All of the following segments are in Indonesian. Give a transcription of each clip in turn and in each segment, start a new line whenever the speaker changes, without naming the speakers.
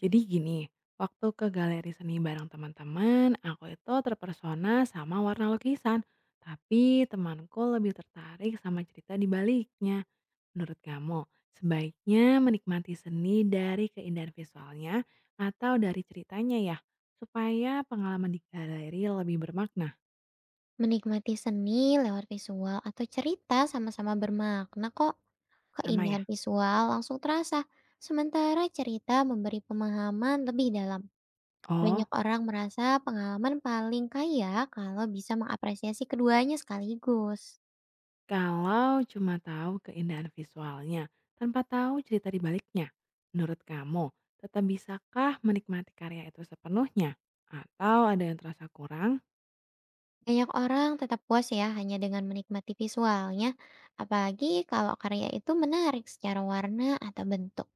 Jadi gini, waktu ke galeri seni bareng teman-teman, aku itu terpersona sama warna lukisan. Tapi temanku lebih tertarik sama cerita di baliknya. Menurut kamu, sebaiknya menikmati seni dari keindahan visualnya atau dari ceritanya ya? Supaya pengalaman di galeri lebih bermakna.
Menikmati seni lewat visual atau cerita sama-sama bermakna kok.
Sama ya?
Keindahan visual langsung terasa, sementara cerita memberi pemahaman lebih dalam.
Oh,
Banyak orang merasa pengalaman paling kaya kalau bisa mengapresiasi keduanya sekaligus.
kalau cuma tahu keindahan visualnya, tanpa tahu cerita di baliknya, menurut kamu tetap bisakah menikmati karya itu sepenuhnya? Atau ada yang terasa kurang?
Banyak orang tetap puas ya hanya dengan menikmati visualnya, apalagi kalau karya itu menarik secara warna atau bentuk.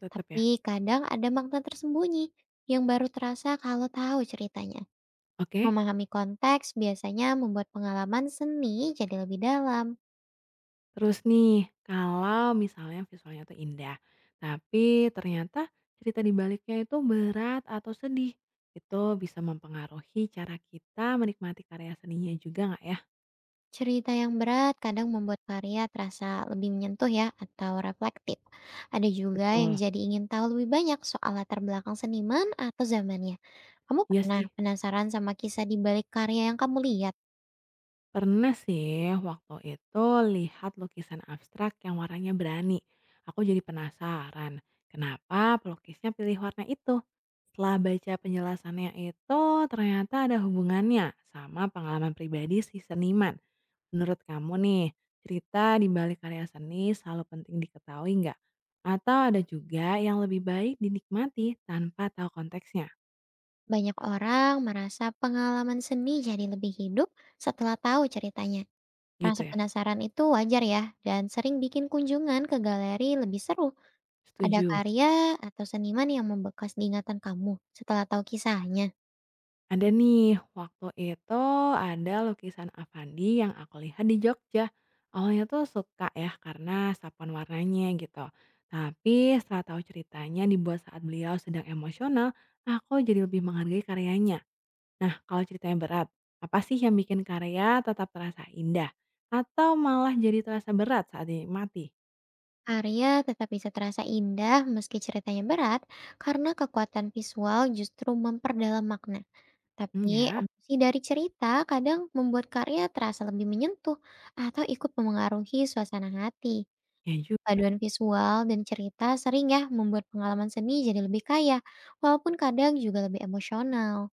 Tetap ya?
Tapi kadang ada makna tersembunyi yang baru terasa kalau tahu ceritanya.
Oke.
Memahami konteks biasanya membuat pengalaman seni jadi lebih dalam.
Terus nih, kalau misalnya visualnya tuh indah, tapi ternyata cerita di baliknya itu berat atau sedih, itu bisa mempengaruhi cara kita menikmati karya seninya juga nggak ya?
Cerita yang berat kadang membuat karya terasa lebih menyentuh ya atau reflektif. Ada juga yang
Betul.
jadi ingin tahu lebih banyak soal latar belakang seniman atau zamannya. Kamu
Iya
pernah
sih.
penasaran sama kisah di balik karya yang kamu lihat?
Pernah sih waktu itu lihat lukisan abstrak yang warnanya berani. Aku jadi penasaran, kenapa pelukisnya pilih warna itu? Setelah baca penjelasannya itu, ternyata ada hubungannya sama pengalaman pribadi si seniman. Menurut kamu nih, cerita di balik karya seni selalu penting diketahui nggak? Atau ada juga yang lebih baik dinikmati tanpa tahu konteksnya?
Banyak orang merasa pengalaman seni jadi lebih hidup setelah tahu ceritanya.
Gitu
Rasa
ya?
penasaran itu wajar ya, dan sering bikin kunjungan ke galeri lebih seru. Ada
Setuju.
karya atau seniman yang membekas di ingatan kamu setelah tahu kisahnya?
Ada nih, waktu itu ada lukisan Avandi yang aku lihat di Jogja. Awalnya tuh suka ya karena sapuan warnanya gitu. Tapi setelah tahu ceritanya dibuat saat beliau sedang emosional, aku jadi lebih menghargai karyanya. Nah, kalau ceritanya berat, apa sih yang bikin karya tetap terasa indah? Atau malah jadi terasa berat saat dinikmati?
Karya tetap bisa terasa indah meski ceritanya berat, karena kekuatan visual justru memperdalam makna.
Hmm
Tapi
ya,
emosi dari cerita kadang membuat karya terasa lebih menyentuh atau ikut memengaruhi suasana hati.
ya juga.
Paduan visual dan cerita sering ya membuat pengalaman seni jadi lebih kaya, walaupun kadang juga lebih emosional.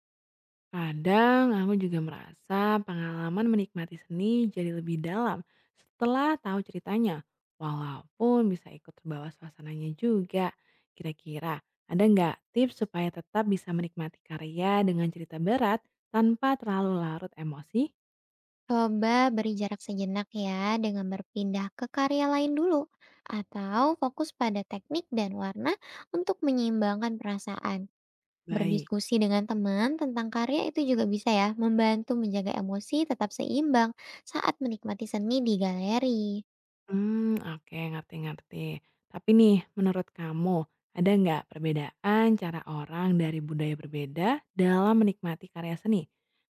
Kadang aku juga merasa pengalaman menikmati seni jadi lebih dalam setelah tahu ceritanya. Walaupun bisa ikut terbawa suasananya juga. Kira-kira ada nggak tips supaya tetap bisa menikmati karya dengan cerita berat tanpa terlalu larut emosi?
Coba beri jarak sejenak ya, dengan berpindah ke karya lain dulu atau fokus pada teknik dan warna untuk menyeimbangkan perasaan.
Baik.
Berdiskusi dengan teman tentang karya itu juga bisa ya, membantu menjaga emosi tetap seimbang saat menikmati seni di galeri.
Hmm oke, ngerti-ngerti. Tapi nih, menurut kamu, ada nggak perbedaan cara orang dari budaya berbeda dalam menikmati karya seni?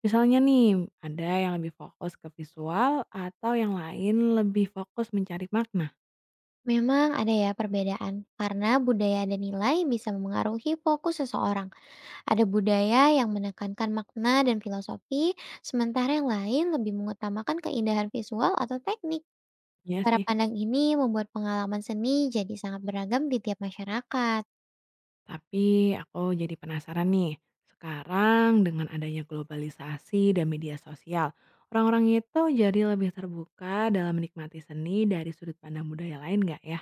Misalnya nih, ada yang lebih fokus ke visual atau yang lain lebih fokus mencari makna?
Memang ada ya perbedaan, karena budaya dan nilai bisa memengaruhi fokus seseorang. Ada budaya yang menekankan makna dan filosofi, sementara yang lain lebih mengutamakan keindahan visual atau teknik.
Iya
Cara
sih,
pandang ini membuat pengalaman seni jadi sangat beragam di tiap masyarakat.
tapi aku jadi penasaran nih. Sekarang dengan adanya globalisasi dan media sosial, orang-orang itu jadi lebih terbuka dalam menikmati seni dari sudut pandang budaya lain nggak ya?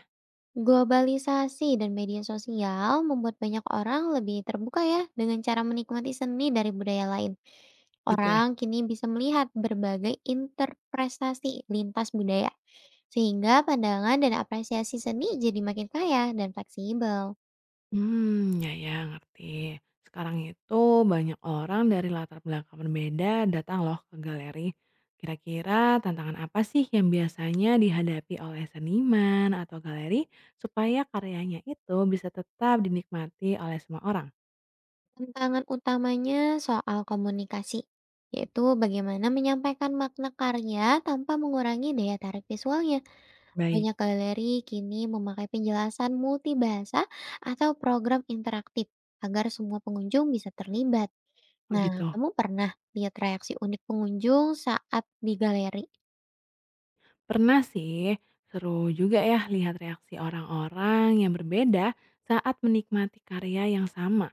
Globalisasi dan media sosial membuat banyak orang lebih terbuka ya dengan cara menikmati seni dari budaya lain.
Gitu ya.
Orang kini bisa melihat berbagai interpretasi lintas budaya, sehingga pandangan dan apresiasi seni jadi makin kaya dan fleksibel.
Hmm, ya ya, ngerti. Sekarang itu banyak orang dari latar belakang berbeda datang loh ke galeri. Kira-kira tantangan apa sih yang biasanya dihadapi oleh seniman atau galeri supaya karyanya itu bisa tetap dinikmati oleh semua orang?
Tantangan utamanya soal komunikasi, yaitu bagaimana menyampaikan makna karya tanpa mengurangi daya tarik visualnya.
Baik.
Banyak galeri kini memakai penjelasan multibahasa atau program interaktif agar semua pengunjung bisa terlibat. Nah,
Begitu.
kamu pernah lihat reaksi unik pengunjung saat di galeri?
Pernah sih, seru juga ya lihat reaksi orang-orang yang berbeda saat menikmati karya yang sama.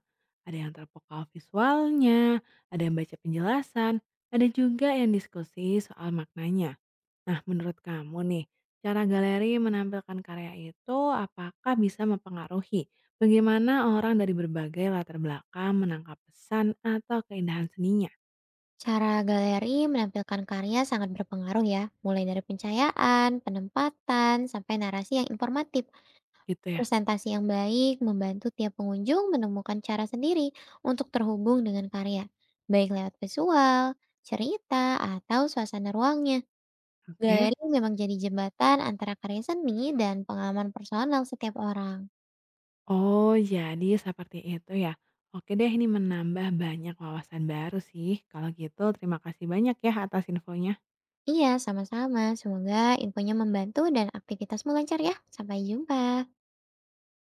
Ada yang terpukau visualnya, ada yang baca penjelasan, ada juga yang diskusi soal maknanya. Nah, menurut kamu nih, cara galeri menampilkan karya itu apakah bisa mempengaruhi bagaimana orang dari berbagai latar belakang menangkap pesan atau keindahan seninya?
Cara galeri menampilkan karya sangat berpengaruh ya, mulai dari pencahayaan, penempatan, sampai narasi yang informatif.
Gitu ya.
Presentasi yang baik membantu tiap pengunjung menemukan cara sendiri untuk terhubung dengan karya, baik lewat visual, cerita, atau suasana ruangnya.
Oke.
Galeri memang jadi jembatan antara karya seni dan pengalaman personal setiap orang.
Oh, jadi seperti itu ya. Oke deh, ini menambah banyak wawasan baru sih. Kalau gitu, terima kasih banyak ya atas infonya.
Iya, sama-sama. Semoga infonya membantu dan aktivitasmu lancar ya. Sampai jumpa.